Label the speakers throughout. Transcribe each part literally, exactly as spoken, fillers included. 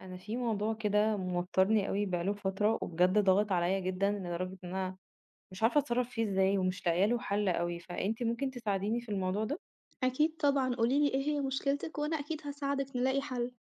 Speaker 1: انا في موضوع كده موترني قوي بقاله فتره، وبجد ضاغط عليا جدا لدرجه ان انا مش عارفه اتصرف فيه ازاي، ومش لاقيه له حل قوي. فانتي ممكن تساعديني في الموضوع ده.
Speaker 2: أكيد طبعًا، قولي لي إيه هي مشكلتِك وأنا أكيد هاساعدِك نلاقي حل.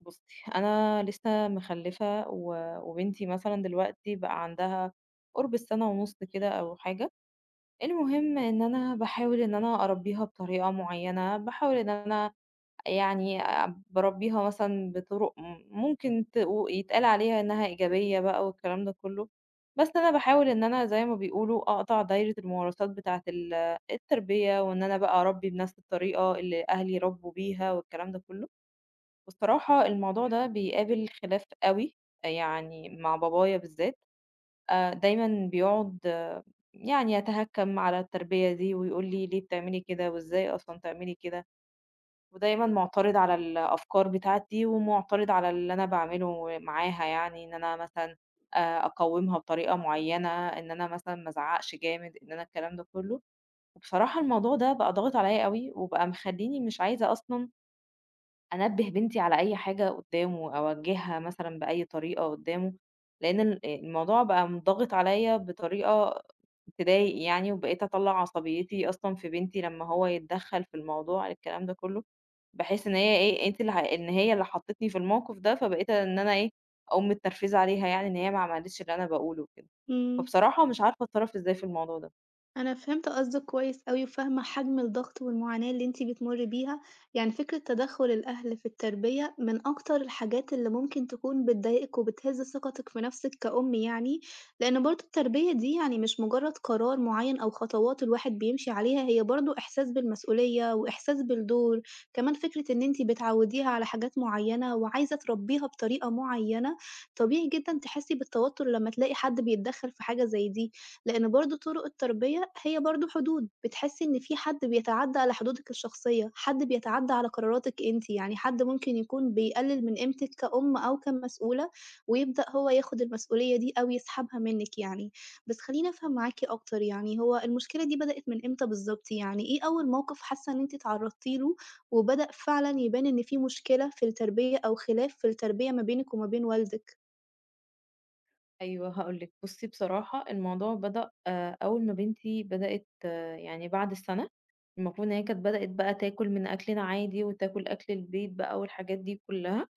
Speaker 1: بصي، انا لسه مخلفه و- وبنتي مثلا دلوقتي بقى عندها قرب السنه ونص كده او حاجه. المهم ان انا بحاول ان انا اربيها بطريقه معينه، بحاول ان انا يعني باربيها مثلًا بطرق م ممكن تقو يتقال عليها إنها إيجابية بقى والكلام ده كله، بس أنا باحاول إن أنا زي ما بيقولوا أقطع دايرة الممارسات بتاعة ال التربية، وإن أنا بقى أربي بنفس الطريقة اللي أهلي ربوا بيها والكلام ده كله. والصراحة الموضوع ده بيقابل خلاف أوي، يعني مع بابايا بالذات. آآ دايمًا بيقعد آه، يعني يتهكم على التربية دي ويقول لي: "ليه بتعملي كده وإزاي أصلًا تعملي كده؟" ودايمًا مُعترض على الأفكار بتاعتي، ومُعترض على اللي أنا باعمله معاها يعني، إن أنا مثلًا آآ أقوّمها بطريقة معيّنة، إن أنا مثلًا ما أزعّقش جامد، إن أنا الكلام ده كلّه. وبصراحة الموضوع ده بقى ضاغط عليّا أوي، وبقى مخلّيني مش عايزة أصلًا أنبّه بنتي على أي حاجة قدّامه، أوجّهها مثلًا بأي طريقة قدّامه، لإن ال الموضوع بقى منضغط عليّا بطريقة تضايق يعني. وبقيت أطلّع عصبيتي أصلًا في بنتي لمّا هو يتدخّل في الموضوع الكلام ده كلّه، بحيث إن هي إيه أنتِ اللي ه إن هي اللي حطّتني في الموقف ده، فبقيت إن أنا إيه أقوم متنرفزة عليها يعني إن هي ما عملتش اللي أنا باقوله وكده.
Speaker 2: إمم.
Speaker 1: فبصراحة مش عارفة أتصرّف إزاي في الموضوع ده.
Speaker 2: أنا فهمت قصدِك كويس أوي، وفاهمة حجم الضغط والمعاناة اللي أنتِ بتمُرّي بيها، يعني فكرة تدخُّل الأهل في التربية من أكتر الحاجات اللي ممكن تكون بتضايقِك وبتهِز ثقتِك في نَفْسِك كأم يعني، لإن برضه التربية دي يعني مش مجرّد قرار معيّن أو خطوات الواحد بيمشي عليها، هي برضه إحساس بالمسؤولية وإحساس بالدور، كمان فكرة إن أنتِ بتعوّديها على حاجات معيّنة وعايزة تربّيها بطريقة معيّنة، طبيعي جدًا تحسّي بالتوتُّر لمّا تلاقي حد بيتدخّل في حاجة زي دي. لإن برضه طُرق التربية هي برضه حدود، بتحسّي إن في حد بيتعدّى على حدودِك الشخصية، حد بيتعدّى على قراراتِك أنتِ، يعني حد ممكن يكون بيقلل من قيمتِك كأم أو كمسؤولة، ويبدأ هو ياخد المسؤولية دي أو يسحبها منِّك يعني. بس خلّيني أفهم معاكِ أكتر، يعني هو المشكلة دي بدأت من إمتى بالضبط؟ يعني إيه أول موقف حاسة إن أنتِ اتعرّضتِ له، وبدأ فعلًا يبان إن في مشكلة في التربية أو خلاف في التربية ما بينِك وما بين والدِك؟
Speaker 1: أيوه هاقول لِك. بُصّي بصراحة الموضوع بدأ آآ أول ما بنتي بدأت آه، يعني بعد السَنة. المفروض إن هي كانت بدأت بقى تاكل من أكلنا عادي وتاكل أكل البيت بقى والحاجات دي كلّها.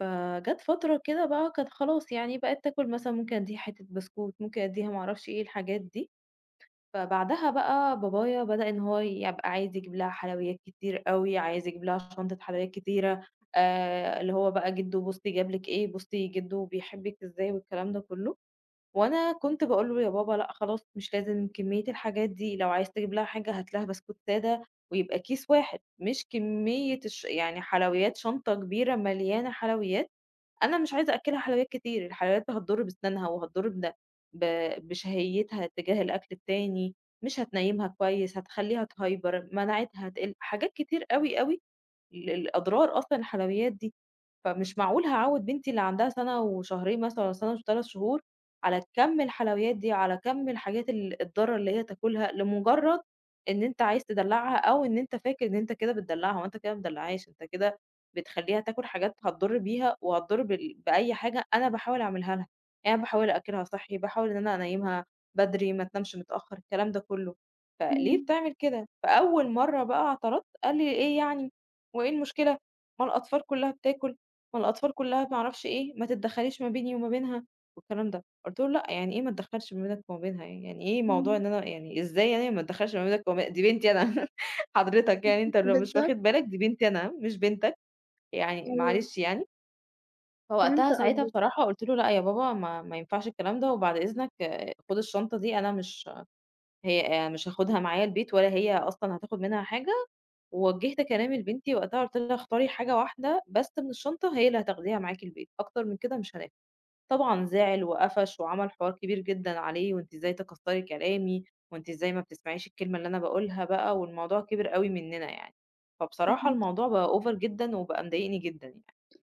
Speaker 1: فجات فترة كده بقى كانت خلاص يعني بقت تاكل مثلًا ممكن أدّيها حتّة بسكوت، ممكن أدّيها ما أعرفش إيه الحاجات دي. فبعدها بقى بابايا بدأ إن هو يبقى عايز يجيب لها حلويات كتير أوي، عايز يجيب لها شنطة حلويات كتيرة. آآ اللي هو بقى جِدّو بُصّي جاب لِك إيه، بُصّي جِدّو بيحبِّك إزاي والكلام ده كلّه. وأنا كنت باقول له: "يا بابا لأ خلاص مش لازم كمية الحاجات دي، لو عايز تجيب لها حاجة هات لها بسكوت سادة ويبقى كيس واحد، مش كمية الش يعني حلويات شنطة كبيرة مليانة حلويات. أنا مش عايزة أأكّلها حلويات كتير، الحلويات دي هتضر بسنانها وهتضر بن ب بشهيتها تجاه الأكل التاني، مش هتنيّمها كويس، هتخلّيها تهيبر، مناعتها هتقل." حاجات كتير أوي، أوي ال الأضرار أصلًا الحلويات دي. فمش معقول هاعوّد بنتي اللي عندها سَنة وشهرين مثلًا والّا سَنة و3 شهور على كَم الحلويات دي، على كَم الحاجات ال الضارة اللي هي تاكلها لمجرد إن أنت عايز تدلّعها أو إن أنت فاكر إن أنت كده بتدلّعها. هو أنت كده ما بتدلّعهاش، أنت كده بتخلّيها تاكل حاجات هتضُر بيها وهتضُر بال بأي حاجة أنا باحاول أعملها لها. يعني أنا باحاول أأكّلها صحّي، باحاول إن أنا أنيّمها بدري، ما تنامش متأخّر، الكلام ده كلّه. فليه
Speaker 2: إمم،
Speaker 1: بتعمل كده؟ فأول مرّة بقى اعترضت قال لي: "إيه يعني؟" وإيه المشكلة؟ ما الأطفال كلّها بتاكل، ما الأطفال كلّها ما أعرفش إيه، ما تتدخّليش ما بيني وما بينها والكلام ده. قُلت له: "لأ، يعني إيه ما اتدخّلش ما بينك وما بينها يعني؟! يعني إيه موضوع
Speaker 2: إمم،
Speaker 1: إن أنا يعني إزاي يعني ما اتدخّلش ما بينك وما بين دي بنتي أنا حضرتك يعني أنت لو مش
Speaker 2: بالضبط،
Speaker 1: واخد بالك دي بنتي أنا مش بنتك، يعني
Speaker 2: أيوه،
Speaker 1: معلش يعني."
Speaker 2: فهمت
Speaker 1: فوقتها ساعتها
Speaker 2: قصدِك.
Speaker 1: بصراحة قُلت له: "لأ يا بابا ما ما ينفعش الكلام ده وبعد إذنك آه، خُد الشنطة دي أنا مش هي آه، مش هاخدها معايا البيت ولا هي أصلًا هتاخد منها حاجة" ووجّهت كلامي لبنتي وقتها قُلت لها: "اختاري حاجة واحدة بس من الشنطة هي اللي هتاخديها معاكِ البيت، أكتر من كده مش هناخد." طبعًا زعل وقفش وعمل حوار كبير جدًا عليه: "وأنتِ إزاي تكسّري كلامي، وأنتِ إزاي ما بتسمعيش الكلمة اللي أنا باقولها بقى؟" والموضوع كبر أوي مننا يعني. فبصراحة
Speaker 2: فهمت.
Speaker 1: الموضوع بقى over جدًا وبقى مضايقني جدًا يعني.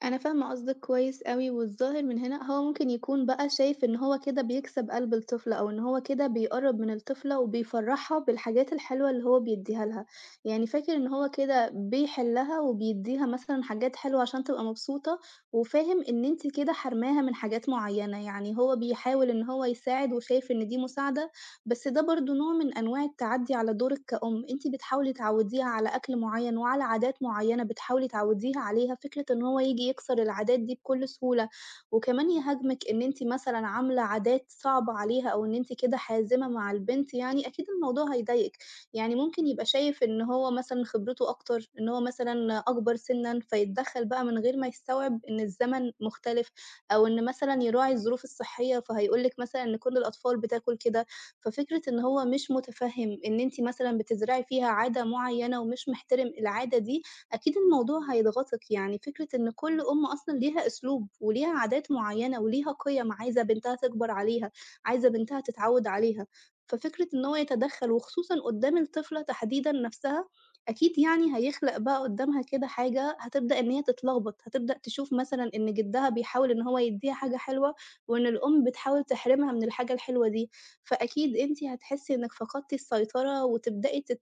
Speaker 2: أنا فاهمة قصدِك كويس أوي، والظاهر من هنا هو ممكن يكون بقى شايف إن هو كده بيكسب قلب الطفلة، أو إن هو كده بيقرّب من الطفلة وبيفرّحها بالحاجات الحلوة اللي هو بيدّيها لها، يعني فاكر إن هو كده بيحِلّها وبيدّيها مثلًا حاجات حلوة عشان تبقى مبسوطة، وفاهم إن أنتِ كده حارماها من حاجات معيّنة، يعني هو بيحاول إن هو يساعد وشايف إن دي مساعدة، بس ده برضه نوع من أنواع التعدّي على دورِك كأم، أنتِ بتحاولي تعوّديها على أكل معيّن وعلى عادات معيّنة بتحاولي تعوّديها عليها، فكرة إن هو ييجي يكسر العادات دي بكل سهولة، وكمان يهاجمِك إن أنتِ مثلًا عاملة عادات صعبة عليها أو إن أنتِ كده حازمة مع البنت يعني، أكيد الموضوع هيضايقِك، يعني ممكن يبقى شايف إن هو مثلًا خبرته أكتر، إن هو مثلًا أكبر سِنًا، فيتدخّل بقى من غير ما يستوعب إن الزمن مختلف، أو إن مثلًا يراعي الظروف الصحية، فهيقول لِك مثلًا إن كل الأطفال بتاكل كده، ففكرة إن هو مش متفهِّم إن أنتِ مثلًا بتزرعي فيها عادة معيّنة ومش محترم العادة دي، أكيد الموضوع هيضغطِك، يعني فكرة إن كل أم أصلًا ليها أسلوب وليها عادات معيّنة وليها قِيَم عايزة بنتها تكبر عليها، عايزة بنتها تتعوّد عليها، ففكرة إن هو يتدخّل وخصوصًا قُدّام الطفلة تحديدًا نَفْسها، أكيد يعني هيخلق بقى قُدّامها كده حاجة هتبدأ إن هي تتلخبط، هتبدأ تشوف مثلًا إن جدّها بيحاول إن هو يدّيها حاجة حلوة وإن الأم بتحاول تحرمها من الحاجة الحلوة دي. فأكيد أنتِ هتحسّي إنِّك فقدتِ السيطرة وتبدئي تت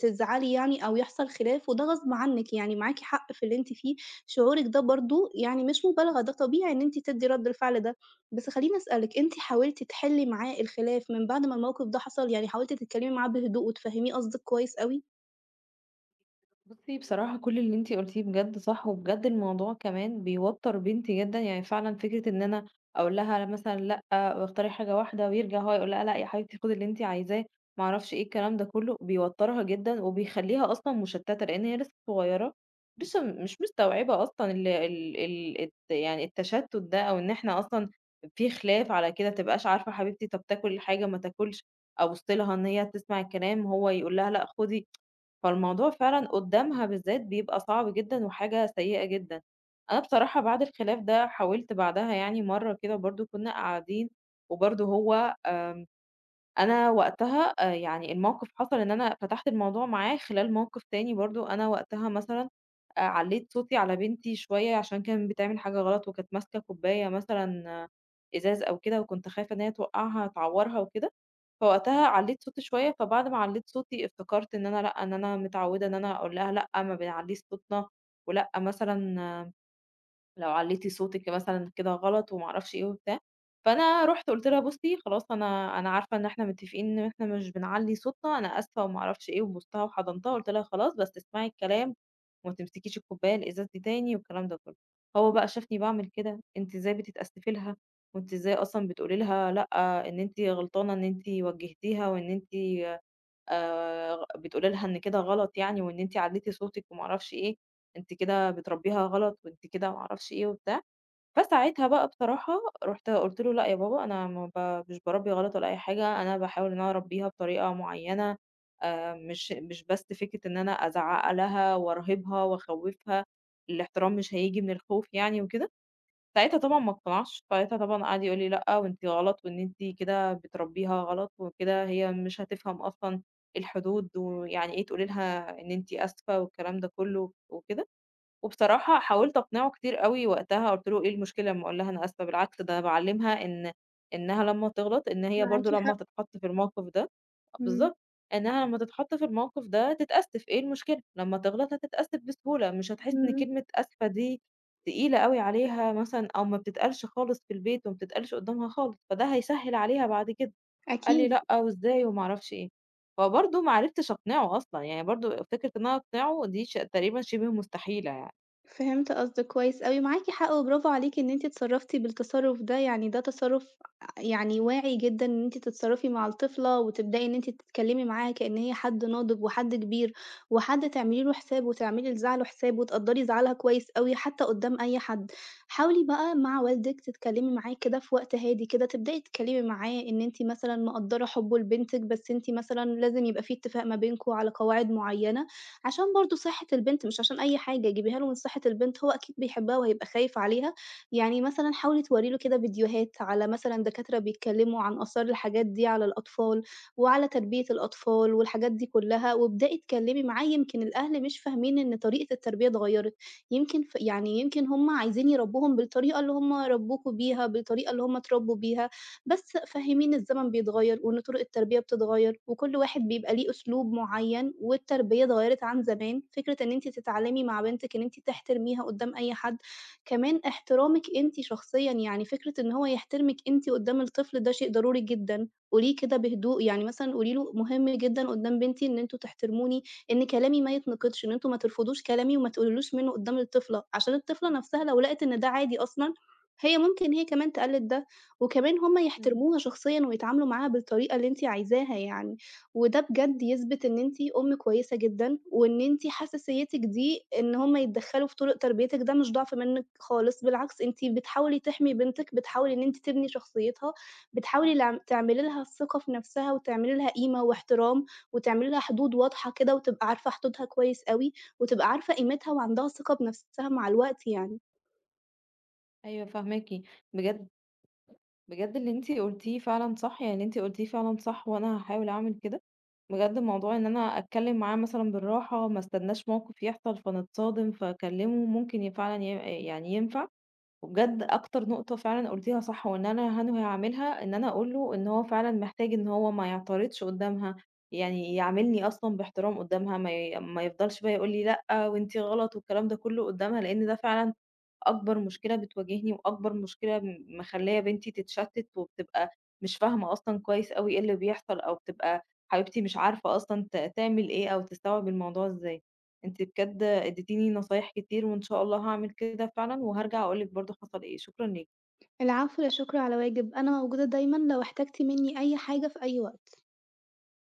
Speaker 2: تزعلي يعني أو يحصل خلاف وده غصب عنِّك، يعني معاكِ حق في اللي أنتِ فيه، شعورِك ده برضه يعني مش مبالغة، ده طبيعي إن أنتِ تدّي رَد الفعل ده. بس خلّيني أسألِك، أنتِ حاولتِ تحلّي معاه الخلاف من بعد ما الموقف ده حصل؟ يعني حاولتِ تتكلّمي معاه بهدوء وتفهّميه قصدِك كويس أوي؟
Speaker 1: بُصّي، بصراحة كل اللي أنتِ قُلتيه بجد صح، وبجد الموضوع كمان بيوتّر بنتي جدًا، يعني فعلًا فكرة إن أنا أقول لها مثلًا لأ، واختاري حاجة واحدة ويرجع هو يقول لها لأ يا حبيبتي خدي اللي أنتِ عايزاه، ما أعرفش إيه الكلام ده كلّه، بيوتّرها جدًا وبيخلّيها أصلًا مشتتة، لإن هي لسه صغيرة. لسه مش مستوعبة أصلًا ال ال ال الت يعني التشتت ده، أو إن إحنا أصلًا في خلاف على كده، ما تبقاش عارفة حبيبتي طب تاكل الحاجة ما تاكلش، أبُص لها إن هي تسمع الكلام، هو يقول لها لأ خدي. فالموضوع فعلًا قدّامها بالذات بيبقى صعب جدًا وحاجة سيئة جدًا. أنا بصراحة بعد الخلاف ده حاولت بعدها يعني مرّة كده برضه كُنّا قاعدين وبرضه هو أنا وقتها آآ يعني الموقِف حصل إن أنا فتحت الموضوع معاه خلال موقِف تاني برضه. أنا وقتها مثلًا آآ علّيت صوتي على بنتي شوية عشان كانت بتعمل حاجة غلط وكانت ماسكة كوباية مثلًا آه، إزاز أو كده، وكنت خايفة إن هي توقّعها تعوّرها وكده. فوقتها علّيت صوتي شوية، فبعد ما علّيت صوتي افتكرت إن أنا لأ، إن أنا متعوّدة إن أنا أقول لها لأ، ما بنعلّيش صوتنا، ولأ مثلًا لو علّيتِ صوتِك مثلًا كده غلط وما أعرفش إيه وبتاع. فأنا رُحت قُلت لها: "بُصّي خلاص أنا أنا عارفة إن إحنا متّفقين إن إحنا مش بنعلّي صوتنا، أنا آسفة" وما أعرفش إيه، وبوستها وحضنتها وقُلت لها: "خلاص بس اسمعي الكلام وما تمسكيش الكوباية الإزاز دي تاني" والكلام ده كلّه. هو بقى شافني باعمل كده: "أنتِ إزاي بتتأسفي لها وأنتِ إزاي أصلًا بتقولي لها لأ، إن أنتِ غلطانة إن أنتِ وجّهتيها وإن أنتِ آآ بتقولي لها إن كده غلط يعني وإن أنتِ علّيتِ صوتِك وما أعرفش إيه، أنتِ كده بتربّيها غلط وأنتِ كده ما أعرفش إيه وبتاع." فساعتها بقى بصراحة رُحت قُلت له: "لأ يا بابا أنا ما ب مش باربّي غلط ولا أي حاجة، أنا باحاول إن أنا أربّيها بطريقة معيّنة، آآ مش مش بس فكرة إن أنا أزعّق لها وأرهِبها وأخوّفها، الاحترام مش هييجي من الخوف يعني وكده." ساعتها طبعًا ما اقتنعش، ساعتها طبعًا قعد يقول لي: "لأ وأنتِ غلط وإن أنتِ كده بتربّيها غلط وكده، هي مش هتفهم أصلًا الحدود ويعني إيه تقولي لها إن أنتِ آسفة." والكلام ده كُلّه وكده. وبصراحة حاولت أقنعه كتير أوي وقتها، قُلت له: "إيه المشكلة أمّا أقول لها أنا آسفة، بالعكس ده أنا باعلّمها إن إنّها لمّا تغلط إن هي
Speaker 2: معاكِ
Speaker 1: برضه لمّا
Speaker 2: حق،
Speaker 1: تتحط في الموقف ده"
Speaker 2: إمم.
Speaker 1: بالضبط، إنّها لمّا تتحط في الموقف ده تتأسف، إيه المشكلة؟ لمّا تغلط هتتأسف بسهولة، مش هتحس إن
Speaker 2: إمم،
Speaker 1: كلمة آسفة دي تقيلة أوي عليها مثلًا أو ما بتتقالش خالص في البيت وما بتتقالش قدّامها خالص، فده هيسهِّل عليها بعد كده. قال لي:
Speaker 2: أكيد.
Speaker 1: "لأ، وإزاي؟" وما أعرفش إيه. فبرضه ما عرفتش أقنعه أصلًا، يعني برضه فكرة إن أنا أقنعه دي ش تقريبًا شِبه مستحيلة يعني.
Speaker 2: فهمت قصدِك كويس أوي، معاكِ حق وبرافو عليكِ إن أنتِ اتصرّفتِ بالتصرُّف ده، يعني ده تصرُّف يعني واعي جدًا إن أنتِ تتصرّفي مع الطفلة وتبدئي إن أنتِ تتكلّمي معاها كإن هي حد ناضج وحد كبير وحد تعملي له حساب وتعملي لزعله حساب وتقدّري زعلها كويس أوي حتى قُدّام أي حد. حاولي بقى مع والدِك تتكلّمي معاه كده في وقت هادي كده، تبدئي تتكلّمي معاه إن أنتِ مثلًا مقدّرة حُبّه لبنتِك، بس أنتِ مثلًا لازم يبقى في اتفاق ما بينكم على قواعد معيّنة عشان برضه صحّة البنت مش عشان أي حاجة، جيبيها له من صحّة البنت، هو أكيد بيحبها وهيبقى خايف عليها، يعني مثلًا حاولي تورّي له كده فيديوهات على مثلًا دكاترة بيتكلّموا عن آثار الحاجات دي على الأطفال، وعلى تربية الأطفال والحاجات دي كلّها، وابدئي اتكلّمي معاه، يمكن الأهل مش فاهمين إن طريقة التربية اتغيّرت، يمكن ف يعني يمكن هُم عايزين يربّوهم بالطريقة اللي هُم ربّوكوا بيها، بالطريقة اللي هُم اتربّوا بيها. بس فهّميني الزمن بيتغيّر وإن طُرق التربية بتتغيّر وكل واحد بيبقى ليه أسلوب معيّن والتربية اتغيّرت عن زمان، فكرة إن أنتِ تتعلّمي مع بنتِك إن أنتِ تحترميها قُدّام أي حد، كمان احترامِك أنتِ شخصيًا، يعني فكرة إن هو يحترمِك أنتِ قُدّام الطفل ده شيء ضروري جدًا، قوليه كده بهدوء، يعني مثلًا قولي له مهم جدًا قُدّام بنتي إن أنتم تحترموني، إن كلامي ما يتنقدش، إن أنتم ما ترفضوش كلامي وما تقللوش منّه قُدّام الطفلة، عشان الطفلة نَفْسها لو لقِت إن ده عادي أصلًا، هي ممكن هي كمان تقلِّد ده. وكمان هم
Speaker 1: إمم.
Speaker 2: يحترموها شخصيًا ويتعاملوا معاها بالطريقة اللي أنتِ عايزاها يعني، وده بجد يثبت إن أنتِ أم كويسة جدًا، وإن أنتِ حساسيتِك دي إن هم يتدخّلوا في طرق تربيتِك ده مش ضعف منِّك خالص، بالعكس أنتِ بتحاولي تحمي بنتِك، بتحاولي إن أنتِ تبني شخصيتها، بتحاولي لع تعملي لها الثقة في نفسها وتعملي لها قيمة واحترام، وتعملي لها حدود واضحة كده وتبقى عارفة حدودها كويس أوي، وتبقى عارفة قيمتها وعندها ثقة بنفسها مع الوقت يعني.
Speaker 1: أيوه فاهماكِ. بجد، بجد اللي أنتِ قُلتيه فعلًا صح، يعني اللي أنتِ قُلتيه فعلًا صح وأنا هاحاول أعمل كده. بجد موضوع إن أنا أتكلّم معاه مثلًا بالراحة، ما استناش موقف يحصل فنتصادم فاكلّمه، ممكن ي فعلًا ي يعني ينفع. وبجد أكتر نقطة فعلًا قُلتيها صح وإن أنا هانوي هاعملها، إن أنا أقول له إن هو فعلًا محتاج إن هو ما يعترضش قُدّامها، يعني يعاملني أصلًا باحترام قُدّامها، ما ي ما يفضلش بقى يقول لي لأ وأنتِ غلط والكلام ده كُلّه قُدّامها، لإن ده فعلًا أكبر مشكلة بتواجهني، وأكبر مشكلة م مخلية بنتي تتشتت، وبتبقى مش فاهمة أصلًا كويس أوي إيه اللي بيحصل، أو بتبقى حبيبتي مش عارفة أصلًا ت تعمل إيه أو تستوعب الموضوع إزاي. أنتِ بجد اديتيني نصايح كتير، وإن شاء الله هاعمل كده فعلًا، وهارجع أقول لِك برضه حصل إيه. شكرًا ليكِ.
Speaker 2: العفو، لا شكر على واجب، أنا موجودة دايمًا لو احتجتِ منّي أي حاجة في أي وقت.